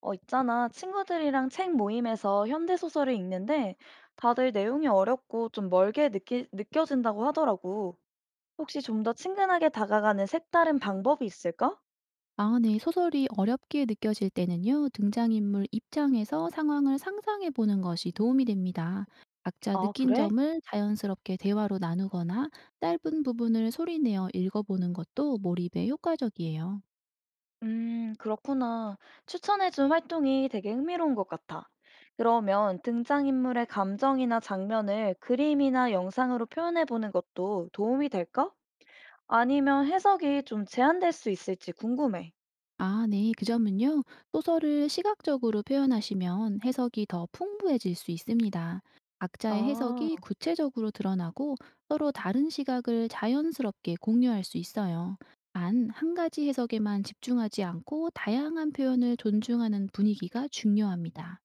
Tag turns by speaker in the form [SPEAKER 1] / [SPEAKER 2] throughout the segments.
[SPEAKER 1] 있잖아. 친구들이랑 책 모임에서 현대소설을 읽는데 다들 내용이 어렵고 좀 멀게 느껴진다고 하더라고. 혹시 좀 더 친근하게 다가가는 색다른 방법이 있을까?
[SPEAKER 2] 아 네. 소설이 어렵게 느껴질 때는요. 등장인물 입장에서 상황을 상상해 보는 것이 도움이 됩니다. 각자
[SPEAKER 1] 아,
[SPEAKER 2] 느낀
[SPEAKER 1] 그래?
[SPEAKER 2] 점을 자연스럽게 대화로 나누거나 짧은 부분을 소리내어 읽어보는 것도 몰입에 효과적이에요.
[SPEAKER 1] 그렇구나. 추천해준 활동이 되게 흥미로운 것 같아. 그러면 등장인물의 감정이나 장면을 그림이나 영상으로 표현해보는 것도 도움이 될까? 아니면 해석이 좀 제한될 수 있을지 궁금해.
[SPEAKER 2] 아, 네. 그 점은요. 소설을 시각적으로 표현하시면 해석이 더 풍부해질 수 있습니다. 각자의 해석이
[SPEAKER 1] 아.
[SPEAKER 2] 구체적으로 드러나고 서로 다른 시각을 자연스럽게 공유할 수 있어요. 단, 한 가지 해석에만 집중하지 않고 다양한 표현을 존중하는 분위기가 중요합니다.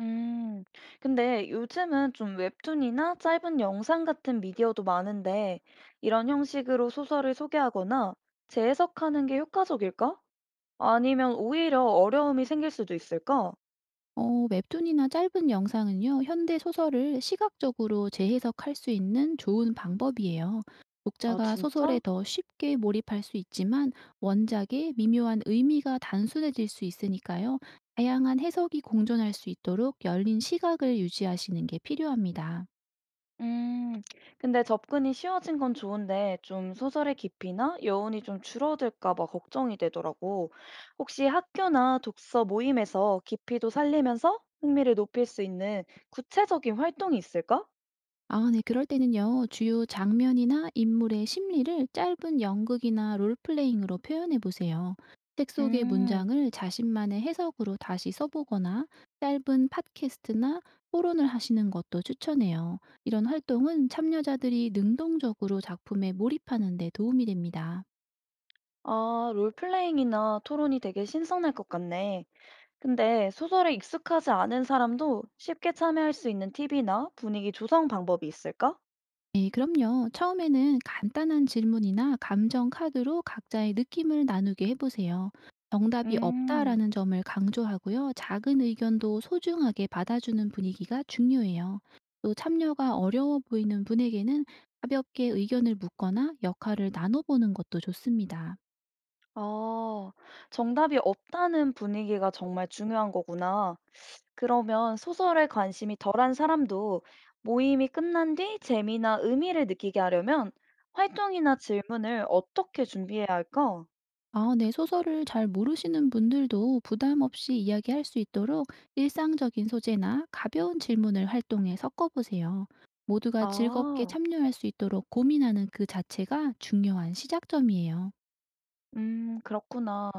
[SPEAKER 1] 음, 근데 요즘은 좀 웹툰이나 짧은 영상 같은 미디어도 많은데, 이런 형식으로 소설을 소개하거나 재해석하는 게 효과적일까? 아니면 오히려 어려움이 생길 수도 있을까?
[SPEAKER 2] 웹툰이나 짧은 영상은요, 현대 소설을 시각적으로 재해석할 수 있는 좋은 방법이에요.
[SPEAKER 1] 아,
[SPEAKER 2] 독자가
[SPEAKER 1] 진짜?
[SPEAKER 2] 소설에 더 쉽게 몰입할 수 있지만 원작의 미묘한 의미가 단순해질 수 있으니까요. 다양한 해석이 공존할 수 있도록 열린 시각을 유지하시는 게 필요합니다.
[SPEAKER 1] 음, 근데 접근이 쉬워진 건 좋은데, 좀 소설의 깊이나 여운이 좀 줄어들까 봐 걱정이 되더라고. 혹시 학교나 독서 모임에서 깊이도 살리면서 흥미를 높일 수 있는 구체적인 활동이 있을까?
[SPEAKER 2] 아 네. 그럴 때는요. 주요 장면이나 인물의 심리를 짧은 연극이나 롤플레잉으로 표현해 보세요. 책 속의
[SPEAKER 1] 음.
[SPEAKER 2] 문장을 자신만의 해석으로 다시 써보거나 짧은 팟캐스트나 토론을 하시는 것도 추천해요. 이런 활동은 참여자들이 능동적으로 작품에 몰입하는 데 도움이 됩니다.
[SPEAKER 1] 아, 롤플레잉이나 토론이 되게 신선할 것 같네. 근데 소설에 익숙하지 않은 사람도 쉽게 참여할 수 있는 팁이나 분위기 조성 방법이 있을까?
[SPEAKER 2] 네, 그럼요. 처음에는 간단한 질문이나 감정 카드로 각자의 느낌을 나누게 해보세요. 정답이
[SPEAKER 1] 음,
[SPEAKER 2] 없다라는 점을 강조하고요. 작은 의견도 소중하게 받아주는 분위기가 중요해요. 또 참여가 어려워 보이는 분에게는 가볍게 의견을 묻거나 역할을 나눠보는 것도 좋습니다.
[SPEAKER 1] 아, 정답이 없다는 분위기가 정말 중요한 거구나. 그러면 소설에 관심이 덜한 사람도 모임이 끝난 뒤 재미나 의미를 느끼게 하려면 활동이나 질문을 어떻게 준비해야 할까?
[SPEAKER 2] 아 네. 소설을 잘 모르시는 분들도 부담 없이 이야기할 수 있도록 일상적인 소재나 가벼운 질문을 활동에 섞어 보세요. 모두가 즐겁게
[SPEAKER 1] 아.
[SPEAKER 2] 참여할 수 있도록 고민하는 그 자체가 중요한 시작점이에요.
[SPEAKER 1] 그렇구나.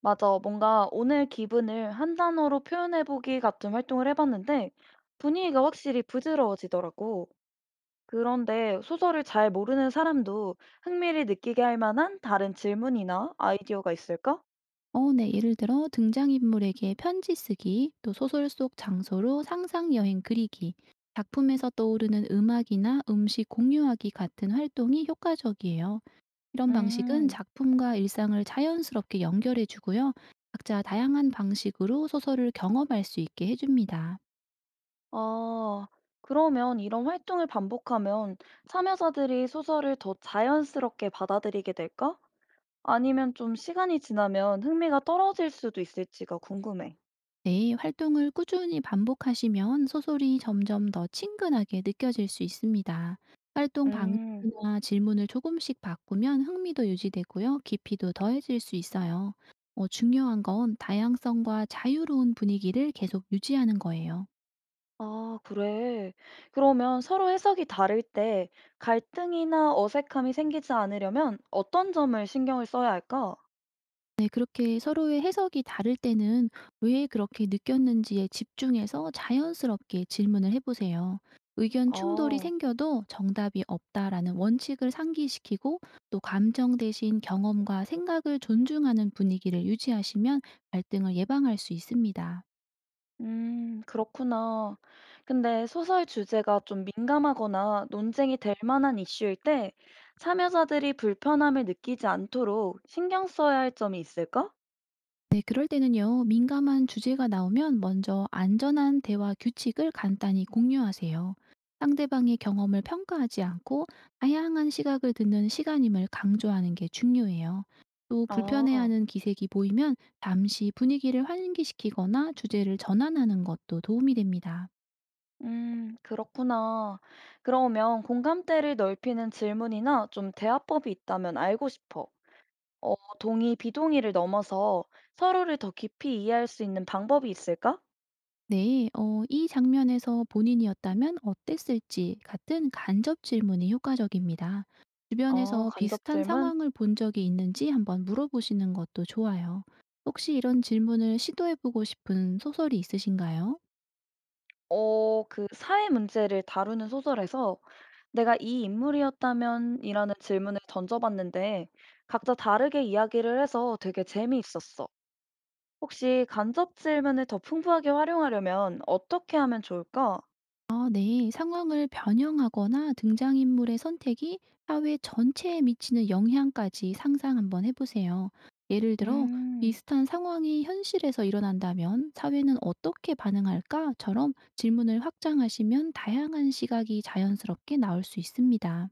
[SPEAKER 1] 맞아. 뭔가 오늘 기분을 한 단어로 표현해보기 같은 활동을 해봤는데 분위기가 확실히 부드러워지더라고. 그런데 소설을 잘 모르는 사람도 흥미를 느끼게 할 만한 다른 질문이나 아이디어가 있을까?
[SPEAKER 2] 네. 예를 들어 등장인물에게 편지 쓰기, 또 소설 속 장소로 상상 여행 그리기, 작품에서 떠오르는 음악이나 음식 공유하기 같은 활동이 효과적이에요. 이런 방식은
[SPEAKER 1] 음,
[SPEAKER 2] 작품과 일상을 자연스럽게 연결해 주고요. 각자 다양한 방식으로 소설을 경험할 수 있게 해줍니다.
[SPEAKER 1] 아, 그러면 이런 활동을 반복하면 참여자들이 소설을 더 자연스럽게 받아들이게 될까? 아니면 좀 시간이 지나면 흥미가 떨어질 수도 있을지가 궁금해.
[SPEAKER 2] 네, 활동을 꾸준히 반복하시면 소설이 점점 더 친근하게 느껴질 수 있습니다. 활동
[SPEAKER 1] 음.
[SPEAKER 2] 방식이나 질문을 조금씩 바꾸면 흥미도 유지되고요. 깊이도 더해질 수 있어요. 중요한 건 다양성과 자유로운 분위기를 계속 유지하는 거예요.
[SPEAKER 1] 아, 그래. 그러면 서로 해석이 다를 때 갈등이나 어색함이 생기지 않으려면 어떤 점을 신경을 써야 할까?
[SPEAKER 2] 네 그렇게 서로의 해석이 다를 때는 왜 그렇게 느꼈는지에 집중해서 자연스럽게 질문을 해 보세요. 의견 충돌이
[SPEAKER 1] 아,
[SPEAKER 2] 생겨도 정답이 없다라는 원칙을 상기시키고 또 감정 대신 경험과 생각을 존중하는 분위기를 유지하시면 갈등을 예방할 수 있습니다.
[SPEAKER 1] 그렇구나. 근데 소설 주제가 좀 민감하거나 논쟁이 될 만한 이슈일 때 참여자들이 불편함을 느끼지 않도록 신경 써야 할 점이 있을까?
[SPEAKER 2] 네, 그럴 때는요, 민감한 주제가 나오면 먼저 안전한 대화 규칙을 간단히 공유하세요. 상대방의 경험을 평가하지 않고 다양한 시각을 듣는 시간임을 강조하는 게 중요해요. 또
[SPEAKER 1] 아,
[SPEAKER 2] 불편해하는 기색이 보이면 잠시 분위기를 환기시키거나 주제를 전환하는 것도 도움이 됩니다.
[SPEAKER 1] 그렇구나. 그러면 공감대를 넓히는 질문이나 좀 대화법이 있다면 알고 싶어. 동의, 비동의를 넘어서 서로를 더 깊이 이해할 수 있는 방법이 있을까?
[SPEAKER 2] 네, 이 장면에서 본인이었다면 어땠을지 같은 간접 질문이 효과적입니다.
[SPEAKER 1] 아,
[SPEAKER 2] 주변에서
[SPEAKER 1] 간접
[SPEAKER 2] 비슷한
[SPEAKER 1] 질문?
[SPEAKER 2] 상황을 본 적이 있는지 한번 물어보시는 것도 좋아요. 혹시 이런 질문을 시도해보고 싶은 소설이 있으신가요?
[SPEAKER 1] 어, 그 사회 문제를 다루는 소설에서 내가 이 인물이었다면 이라는 질문을 던져봤는데 각자 다르게 이야기를 해서 되게 재미있었어. 혹시 간접 질문을 더 풍부하게 활용하려면 어떻게 하면 좋을까?
[SPEAKER 2] 아 네. 상황을 변형하거나 등장인물의 선택이 사회 전체에 미치는 영향까지 상상 한번 해 보세요. 예를 들어
[SPEAKER 1] 음.
[SPEAKER 2] "비슷한 상황이 현실에서 일어난다면 사회는 어떻게 반응할까?"처럼 질문을 확장하시면 다양한 시각이 자연스럽게 나올 수 있습니다.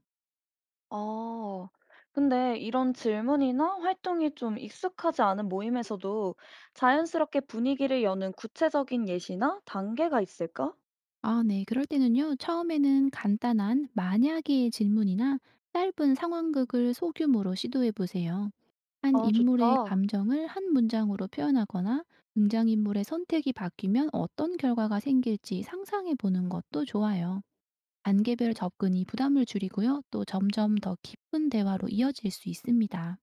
[SPEAKER 1] 아, 근데 이런 질문이나 활동이 좀 익숙하지 않은 모임에서도 자연스럽게 분위기를 여는 구체적인 예시나 단계가 있을까?
[SPEAKER 2] 아 네. 그럴 때는요. 처음에는 간단한 만약의 질문이나 짧은 상황극을 소규모로 시도해 보세요. 한
[SPEAKER 1] 아,
[SPEAKER 2] 인물의
[SPEAKER 1] 좋다.
[SPEAKER 2] 감정을 한 문장으로 표현하거나 등장인물의 선택이 바뀌면 어떤 결과가 생길지 상상해 보는 것도 좋아요. 단계별 접근이 부담을 줄이고요. 또 점점 더 깊은 대화로 이어질 수 있습니다.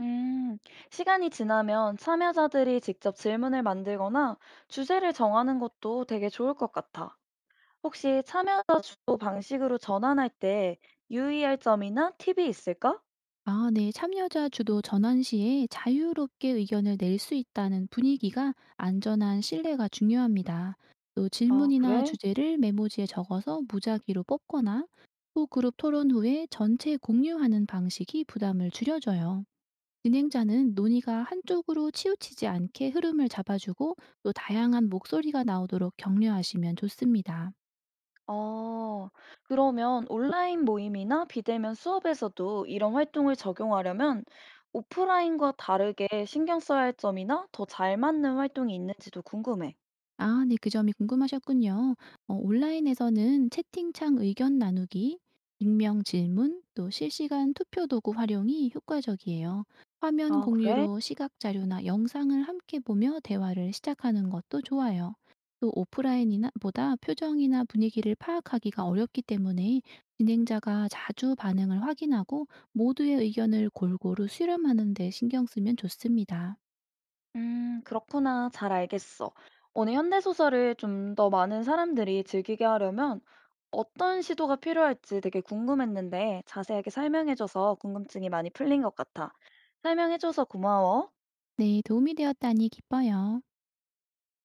[SPEAKER 1] 음, 시간이 지나면 참여자들이 직접 질문을 만들거나 주제를 정하는 것도 되게 좋을 것 같아. 혹시 참여자 주도 방식으로 전환할 때 유의할 점이나 팁이 있을까?
[SPEAKER 2] 아, 네. 참여자 주도 전환 시에 자유롭게 의견을 낼 수 있다는 분위기가 안전한 신뢰가 중요합니다. 또
[SPEAKER 1] 아,
[SPEAKER 2] 질문이나
[SPEAKER 1] 그래?
[SPEAKER 2] 주제를 메모지에 적어서 무작위로 뽑거나 또 그룹 토론 후에 전체 공유하는 방식이 부담을 줄여줘요. 진행자는 논의가 한쪽으로 치우치지 않게 흐름을 잡아주고 또 다양한 목소리가 나오도록 격려하시면 좋습니다.
[SPEAKER 1] 어, 그러면 온라인 모임이나 비대면 수업에서도 이런 활동을 적용하려면 오프라인과 다르게 신경 써야 할 점이나 더 잘 맞는 활동이 있는지도 궁금해.
[SPEAKER 2] 아 네. 그 점이 궁금하셨군요. 온라인에서는 채팅창 의견 나누기, 익명 질문, 또 실시간 투표 도구 활용이 효과적이에요. 화면
[SPEAKER 1] 아, 그래?
[SPEAKER 2] 공유로 시각 자료나 영상을 함께 보며 대화를 시작하는 것도 좋아요. 또 오프라인이나 보다 표정이나 분위기를 파악하기가 어렵기 때문에 진행자가 자주 반응을 확인하고 모두의 의견을 골고루 수렴하는 데 신경 쓰면 좋습니다.
[SPEAKER 1] 그렇구나. 잘 알겠어. 오늘 현대소설을 좀 더 많은 사람들이 즐기게 하려면 어떤 시도가 필요할지 되게 궁금했는데 자세하게 설명해줘서 궁금증이 많이 풀린 것 같아. 설명해줘서 고마워.
[SPEAKER 2] 네. 도움이 되었다니 기뻐요.